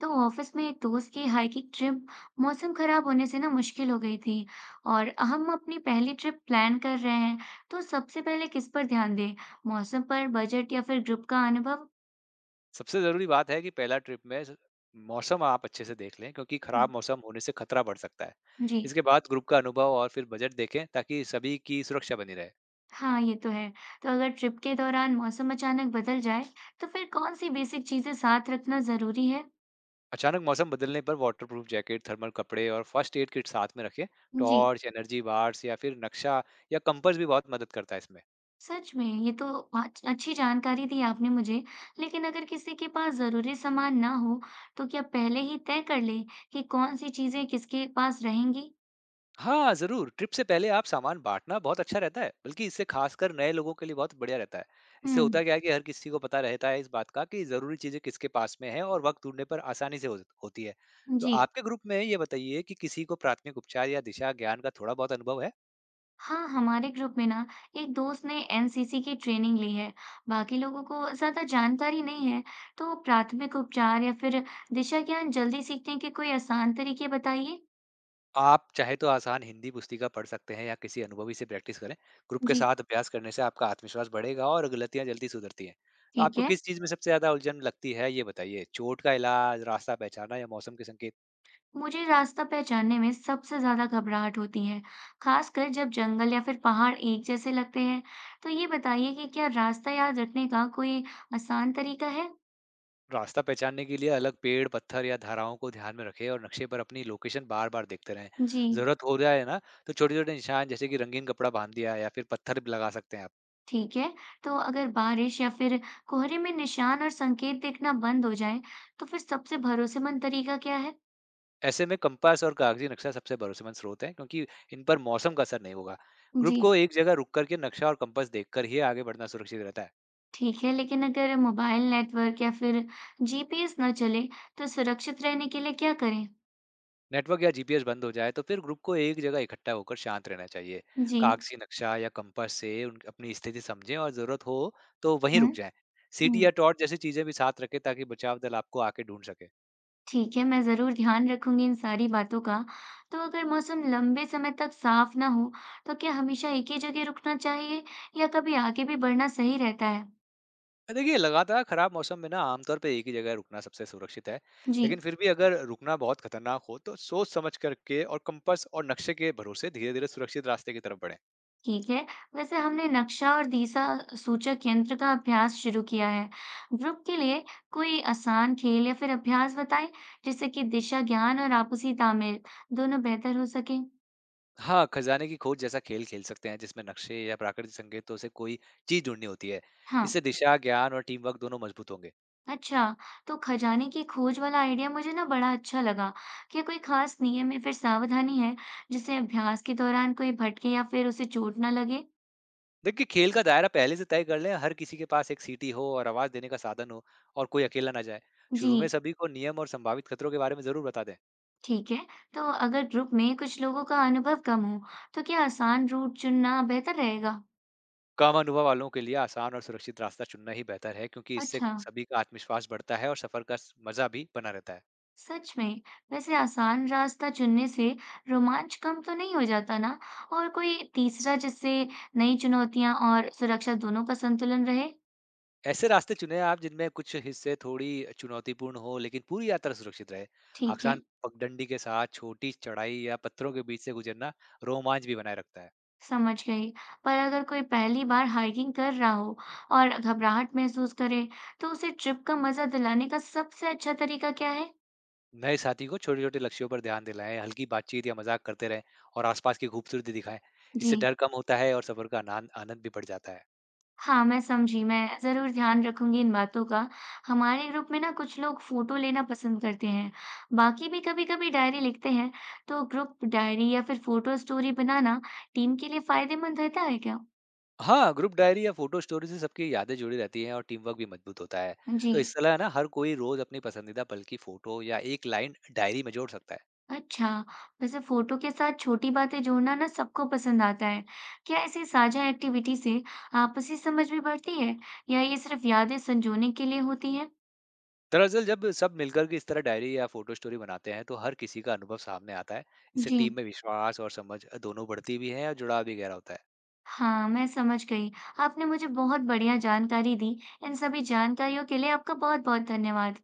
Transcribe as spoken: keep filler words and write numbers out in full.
तो ऑफिस में एक दोस्त की हाइकिंग ट्रिप मौसम खराब होने से ना मुश्किल हो गई थी। और हम अपनी पहली ट्रिप प्लान कर रहे हैं, तो सबसे पहले किस पर ध्यान दें? मौसम पर, बजट या फिर ग्रुप का अनुभव? सबसे ज़रूरी बात है कि पहला ट्रिप में स मौसम आप अच्छे से देख लें, क्योंकि खराब मौसम होने से खतरा बढ़ सकता है। जी। इसके बाद ग्रुप का अनुभव और फिर बजट देखें ताकि सभी की सुरक्षा बनी रहे। हाँ ये तो है। तो अगर ट्रिप के दौरान मौसम अचानक बदल जाए, तो फिर कौन सी बेसिक चीजें साथ रखना जरूरी है? अचानक मौसम बदलने पर वाटरप्रूफ जैकेट, थर्मल कपड़े और फर्स्ट एड किट साथ में रखें। जी। टॉर्च, एनर्जी बार्स या फिर नक्शा या कंपास भी बहुत मदद करता है इसमें। सच में, ये तो आज अच्छी जानकारी दी आपने मुझे। लेकिन अगर किसी के पास जरूरी सामान ना हो, तो क्या पहले ही तय कर ले कि कौन सी चीजें किसके पास रहेंगी? हाँ जरूर, ट्रिप से पहले आप सामान बांटना बहुत अच्छा रहता है, बल्कि इससे खासकर नए लोगों के लिए बहुत बढ़िया रहता है। इससे हम्म। होता क्या है कि हर किसी को पता रहता है इस बात का कि जरूरी चीजें किसके पास में है, और वक्त ढूंढने पर आसानी से हो होती है। तो जी। आपके ग्रुप में ये बताइए कि किसी को प्राथमिक उपचार या दिशा ज्ञान का थोड़ा बहुत अनुभव है। हाँ हमारे ग्रुप में ना एक दोस्त ने एन सी सी की ट्रेनिंग ली है। बाकी लोगों को ज्यादा जानकारी नहीं है। तो प्राथमिक उपचार या फिर दिशा ज्ञान जल्दी सीखने के कोई आसान तरीके बताइए। आप चाहे तो आसान हिंदी पुस्तिका पढ़ सकते हैं या किसी अनुभवी से प्रैक्टिस करें। ग्रुप के जी। साथ अभ्यास करने से आपका आत्मविश्वास बढ़ेगा और गलतियां जल्दी सुधरती हैं। तो ठीक आपको है। किस चीज में सबसे ज्यादा उलझन लगती है, ये बताइए, चोट का इलाज, रास्ता पहचाना या मौसम के संकेत? मुझे रास्ता पहचानने में सबसे ज्यादा घबराहट होती है, खासकर जब जंगल या फिर पहाड़ एक जैसे लगते हैं। तो ये बताइए कि क्या रास्ता याद रखने का कोई आसान तरीका है? रास्ता पहचानने के लिए अलग पेड़, पत्थर या धाराओं को ध्यान में रखें और नक्शे पर अपनी लोकेशन बार-बार देखते रहें। जी। ज़रूरत हो जाए ना, तो छोटे-छोटे निशान जैसे कि रंगीन कपड़ा बांध दिया या फिर पत्थर भी लगा सकते हैं आप। ठीक है। तो अगर बारिश या फिर कोहरे में निशान और संकेत देखना बंद हो जाए, तो फिर सबसे भरोसेमंद तरीका क्या है? ऐसे में कंपास और कागजी नक्शा सबसे भरोसेमंद स्रोत है, क्योंकि इन पर मौसम का असर नहीं होगा। ग्रुप जी। को एक जगह रुक करके नक्शा और कंपास देखकर ही आगे बढ़ना सुरक्षित रहता है। ठीक है। लेकिन अगर मोबाइल नेटवर्क या फिर जी पी एस न चले, तो सुरक्षित रहने के लिए क्या करें? नेटवर्क या जीपीएस बंद हो जाए तो फिर ग्रुप को एक जगह इकट्ठा होकर शांत रहना चाहिए। जी। कागजी नक्शा या कंपास से उन- अपनी स्थिति समझें और जरूरत हो तो वहीं हम्म। रुक जाएं। सीटी हम्म। या टॉर्च जैसी चीजें भी साथ रखें ताकि बचाव दल आपको आके ढूंढ सके। ठीक है, मैं ज़रूर ध्यान रखूँगी इन सारी बातों का। तो अगर मौसम लंबे समय तक साफ़ ना हो, तो क्या हमेशा एक ही जगह रुकना चाहिए या कभी आगे भी बढ़ना सही रहता है? देखिए, लगातार खराब मौसम में ना आमतौर पर एक ही जगह रुकना सबसे सुरक्षित है। जी। लेकिन फिर भी अगर रुकना बहुत खतरनाक हो तो सोच समझ करके और कंपास और नक्शे के भरोसे धीरे धीरे सुरक्षित रास्ते की तरफ बढ़े। ठीक है। वैसे हमने नक्शा और दिशा सूचक यंत्र का अभ्यास शुरू किया है। ग्रुप के लिए कोई आसान खेल या फिर अभ्यास बताएं, जिससे कि दिशा ज्ञान और आपसी तालमेल दोनों बेहतर हो सके? हाँ, खजाने की खोज जैसा खेल खेल सकते हैं जिसमें नक्शे या प्राकृतिक संकेतों से कोई चीज़ ढूँढनी होती है। हाँ। इससे दिशा, ज्ञान और टीम वर्क दोनों मजबूत होंगे। अच्छा, तो खजाने की खोज वाला आइडिया मुझे ना बड़ा अच्छा लगा। क्या कोई खास नियम या फिर सावधानी है जिससे अभ्यास के दौरान कोई भटके या फिर उसे चोट ना लगे? देखिए, खेल का दायरा पहले से तय कर लें, हर किसी के पास एक सीटी हो और आवाज़ देने का साधन हो और कोई अकेला ना जाए। जी। शुरू में सभी को नियम और संभावित खतरों के बारे में ज़रूर बता दें। ठीक है। तो अगर ग्रुप में कुछ लोगों का अनुभव कम हो, तो क्या आसान रूट चुनना बेहतर रहेगा? कम अनुभव वालों के लिए आसान और सुरक्षित रास्ता चुनना ही बेहतर है, क्योंकि इससे अच्छा, सभी का आत्मविश्वास बढ़ता है और सफर का स- मज़ा भी बना रहता है। सच में। वैसे आसान रास्ता चुनने से रोमांच कम तो नहीं हो जाता ना? और कोई तीसरा जिससे नई चुनौतियां और सुरक्षा दोनों का संतुलन रहे? ऐसे रास्ते चुनें आप जिनमें कुछ हिस्से थोड़ी चुनौतीपूर्ण हो लेकिन पूरी यात्रा सुरक्षित रहे। ठीक है। आसान पगडंडी के साथ छोटी चढ़ाई या पत्थरों के बीच से गुजरना रोमांच भी बनाए रखता है। समझ गई। पर अगर कोई पहली बार हाइकिंग कर रहा हो और घबराहट महसूस करे, तो उसे ट्रिप का मज़ा दिलाने का सबसे अच्छा तरीका क्या है? नए साथी को छोटे-छोटे लक्ष्यों पर ध्यान दिलाएं, हल्की बातचीत या मजाक करते रहें और आसपास की खूबसूरती दिखाएं। जी। इससे डर कम होता है और सफर का आनंद आनंद भी बढ़ जाता है। हाँ, मैं समझी। मैं ज़रूर ध्यान रखूंगी इन बातों का। हमारे ग्रुप में ना कुछ लोग फ़ोटो लेना पसंद करते हैं, बाकी भी कभी-कभी डायरी लिखते हैं। तो ग्रुप डायरी या फिर फ़ोटो स्टोरी बनाना टीम के लिए फ़ायदेमंद रहता है क्या? हाँ, ग्रुप डायरी या फोटो स्टोरी से सबकी यादें जुड़ी रहती हैं और टीम वर्क भी मजबूत होता है। जी। तो इस तरह ना हर कोई रोज अपनी पसंदीदा पल की फोटो या एक लाइन डायरी में जोड़ सकता है। अच्छा, वैसे फोटो के साथ छोटी बातें जोड़ना ना सबको पसंद आता है। क्या ऐसी साझा एक्टिविटी से आपसी समझ भी बढ़ती है या ये सिर्फ यादें संजोने के लिए होती है? दरअसल जब सब मिलकर के इस तरह डायरी या फोटो स्टोरी बनाते हैं तो हर किसी का अनुभव सामने आता है। इससे जी। टीम में विश्वास और समझ दोनों बढ़ती भी है और जुड़ाव भी गहरा होता है। हाँ, मैं समझ गई। आपने मुझे बहुत बढ़िया जानकारी दी। इन सभी जानकारियों के लिए आपका बहुत-बहुत धन्यवाद।